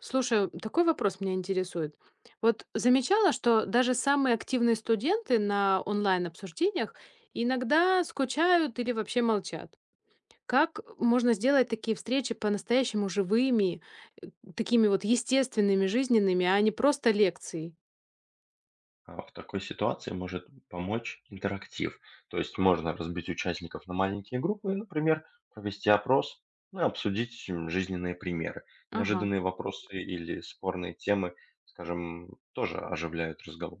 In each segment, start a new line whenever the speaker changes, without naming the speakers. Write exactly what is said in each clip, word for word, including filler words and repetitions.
Слушай, такой вопрос меня интересует. Вот замечала, что даже самые активные студенты на онлайн-обсуждениях иногда скучают или вообще молчат. Как можно сделать такие встречи по-настоящему живыми, э, такими вот естественными, жизненными, а не просто лекцией?
А, В такой ситуации может помочь интерактив. То есть можно разбить участников на маленькие группы, и, например, провести опрос, ну, и обсудить м, жизненные примеры.
Ага.
Неожиданные вопросы или спорные темы, скажем, тоже оживляют разговор.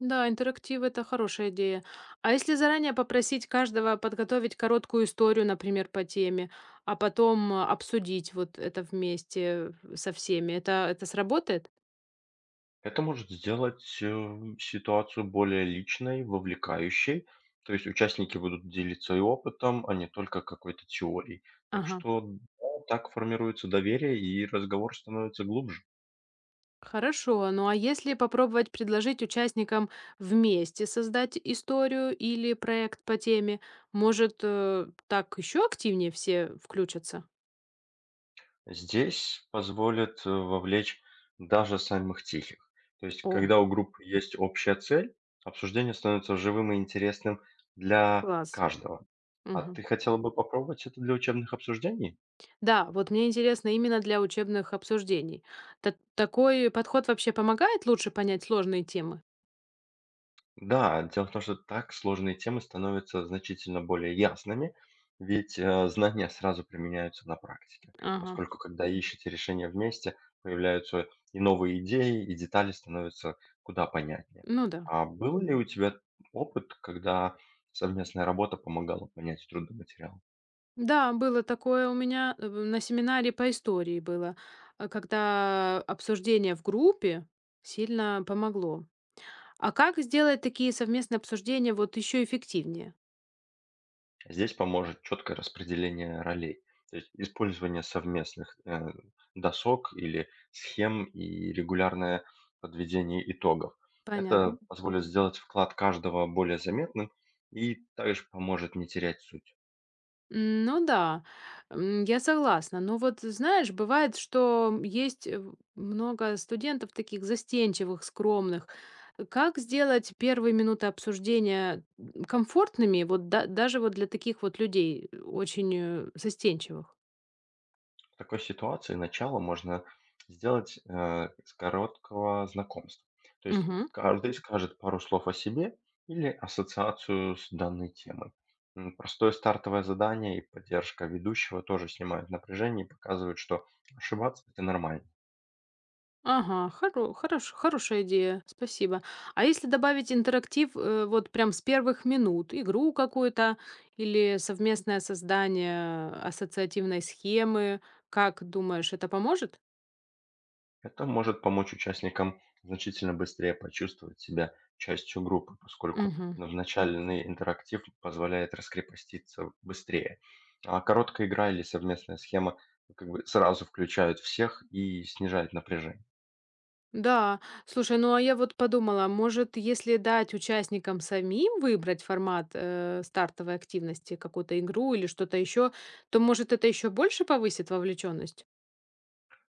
Да, интерактив это хорошая идея. А если заранее попросить каждого подготовить короткую историю, например, по теме, а потом а, обсудить вот это вместе э, со всеми, это, это сработает?
Это может сделать э, ситуацию более личной, вовлекающей. То есть участники будут делиться и опытом, а не только какой-то теорией. Так
Ага.
что да, так формируется доверие и разговор становится глубже.
Хорошо. Ну а если попробовать предложить участникам вместе создать историю или проект по теме, может, э, так еще активнее все включатся?
Здесь позволит, э, вовлечь даже самых тихих. То есть,
О,
когда у группы есть общая цель, обсуждение становится живым и интересным для
класс.
каждого. А ты
Мгм.
хотела бы попробовать это для учебных обсуждений?
Да, вот мне интересно именно для учебных обсуждений. Та- такой подход вообще помогает лучше понять сложные темы?
Да, дело в том, что так сложные темы становятся значительно более ясными, ведь э, знания сразу применяются на практике,
Ага,
поскольку когда ищете решение вместе, появляются и новые идеи, и детали становятся куда понятнее.
ну да.
А был ли у тебя опыт, когда совместная работа помогала понять трудный материал?
Да, было такое у меня э, на семинаре по истории было, э, когда обсуждение в группе сильно помогло. А как сделать такие совместные обсуждения вот еще эффективнее?
Здесь поможет четкое распределение ролей, то есть использование совместных э, досок или схем и регулярное подведение итогов. Это
Понятно.
позволит сделать вклад каждого более заметным и также поможет не терять суть.
М, Ну да, м, я согласна. Но вот знаешь, бывает, что есть э, много студентов таких застенчивых, скромных. Как сделать первые минуты обсуждения м, комфортными, вот да- даже вот для таких вот людей, э, очень э, застенчивых?
В такой ситуации начало можно сделать, э, с короткого знакомства. То есть каждый скажет пару слов о себе или ассоциацию с данной темой. М, Простое стартовое задание и поддержка ведущего тоже снимают напряжение и показывают, что ошибаться это нормально.
Ага, хоро хорош хорошая идея, спасибо. А если добавить интерактив, э, вот прям с первых минут, игру какую-то или совместное создание ассоциативной схемы, как думаешь, это поможет?
Это может помочь участникам значительно быстрее почувствовать себя частью группы, поскольку
Мгм.
начальный интерактив позволяет раскрепоститься быстрее. А короткая игра или совместная схема ну, как бы сразу включают всех и снижает напряжение.
Да, слушай, ну а я вот подумала, может, если дать участникам самим выбрать формат э, стартовой активности, какую-то игру или что-то еще, то, может, это еще больше повысит вовлеченность?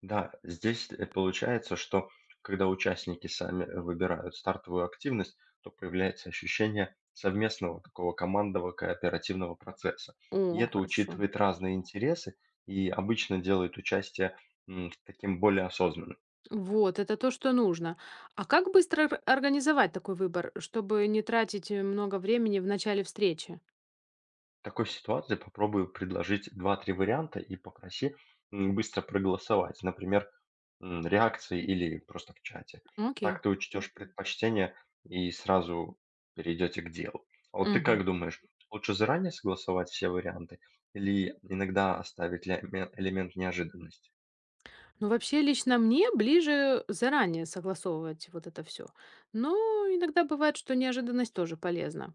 Да, здесь, э, получается, что когда участники сами э, выбирают стартовую активность, то появляется ощущение совместного такого командного кооперативного процесса. И
О,
это
хорошо.
учитывает разные интересы и обычно делает участие м, таким более осознанным.
Вот, это то, что нужно. А как быстро ор- организовать такой выбор, чтобы не тратить э, много времени в начале встречи?
В такой ситуации попробую предложить два-три варианта и попроси м, быстро проголосовать. Например, М, реакции или просто в чате. Так
Окей.
ты учтешь предпочтения и сразу перейдете к делу. А вот ты
Мгм.
как думаешь, лучше заранее согласовать все варианты или иногда оставить ля- ме- элемент неожиданности?
Ну, вообще, лично мне ближе заранее согласовывать вот это все. Но иногда бывает, что неожиданность тоже полезна.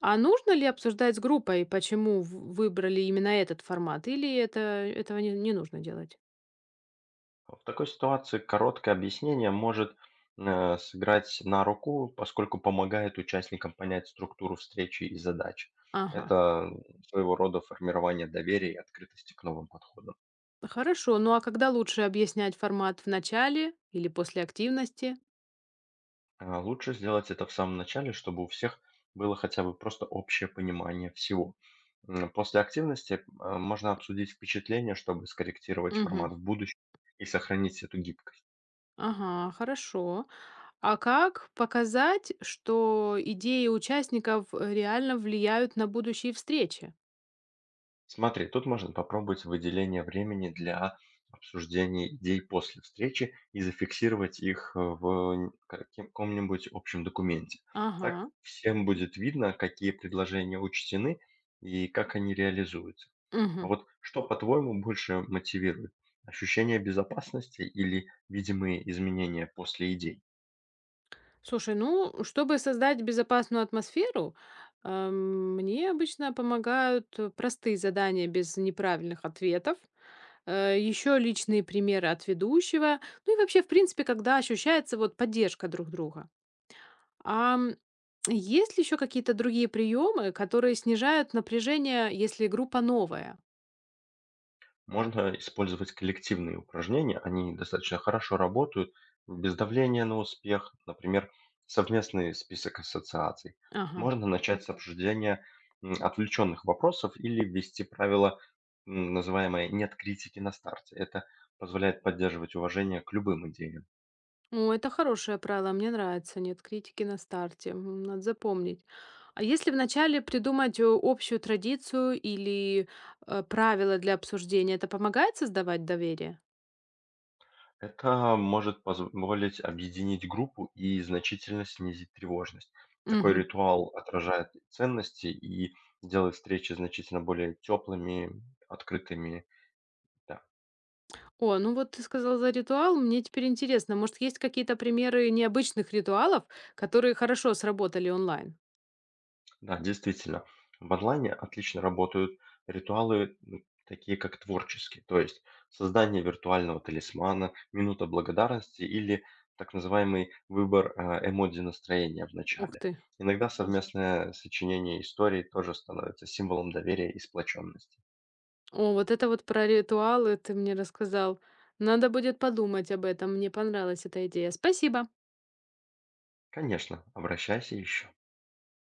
А нужно ли обсуждать с группой, почему в- выбрали именно этот формат, или это, этого не, не нужно делать?
А В такой ситуации короткое объяснение может э, сыграть на руку, поскольку помогает участникам понять структуру встречи и задач.
Ага.
Это своего рода формирование доверия и открытости к новым подходам.
Хорошо. Ну а когда лучше объяснять формат в начале или после активности?
А, Лучше сделать это в самом начале, чтобы у всех было хотя бы просто общее понимание всего. М, После активности а, можно обсудить впечатление, чтобы скорректировать
Мгм.
формат в будущем и сохранить эту гибкость.
Ага, хорошо. А как показать, что идеи участников э, реально влияют на будущие встречи?
Смотри, тут можно попробовать выделение времени для обсуждения идей после встречи и зафиксировать их э, в н- каком-нибудь общем документе. Так
Ага.
всем будет видно, какие предложения учтены и как они реализуются. А
Мгм.
вот что, по-твоему, больше мотивирует? Ощущение безопасности или видимые изменения после идей?
Слушай, ну, чтобы создать безопасную атмосферу, э, мне обычно помогают э, простые задания без неправильных ответов, э, еще личные примеры от ведущего, ну и вообще, в принципе, когда ощущается вот поддержка друг друга. Ам, есть ли еще какие-то другие приемы, которые снижают напряжение, если группа новая?
Можно использовать коллективные упражнения, они достаточно хорошо работают без давления на успех, например, совместный список ассоциаций.
Ага.
Можно начать с обсуждения м, отвлеченных вопросов или ввести правило, м, называемое «нет критики на старте». Это позволяет поддерживать уважение к любым идеям.
О, это хорошее правило, мне нравится. Нет критики на старте. М, Надо запомнить. А если вначале придумать э, общую традицию или э, правила для обсуждения, это помогает создавать доверие?
Это может позволить объединить группу и значительно снизить тревожность. Такой
Мгм.
ритуал отражает ценности и делает встречи значительно более теплыми, открытыми. Да.
О, ну вот ты сказал за ритуал, мне теперь интересно, может, есть какие-то примеры необычных ритуалов, которые хорошо сработали онлайн?
Да, действительно. В онлайне отлично работают ритуалы, м, такие как творческие, то есть создание виртуального талисмана, минута благодарности или так называемый выбор э, эмодзи настроения в
Ух
начале.
ты.
Иногда совместное сочинение истории тоже становится символом доверия и сплоченности.
О, вот это вот про ритуалы ты мне рассказал. Надо будет подумать об этом. Мне понравилась эта идея. Спасибо.
Конечно, обращайся еще.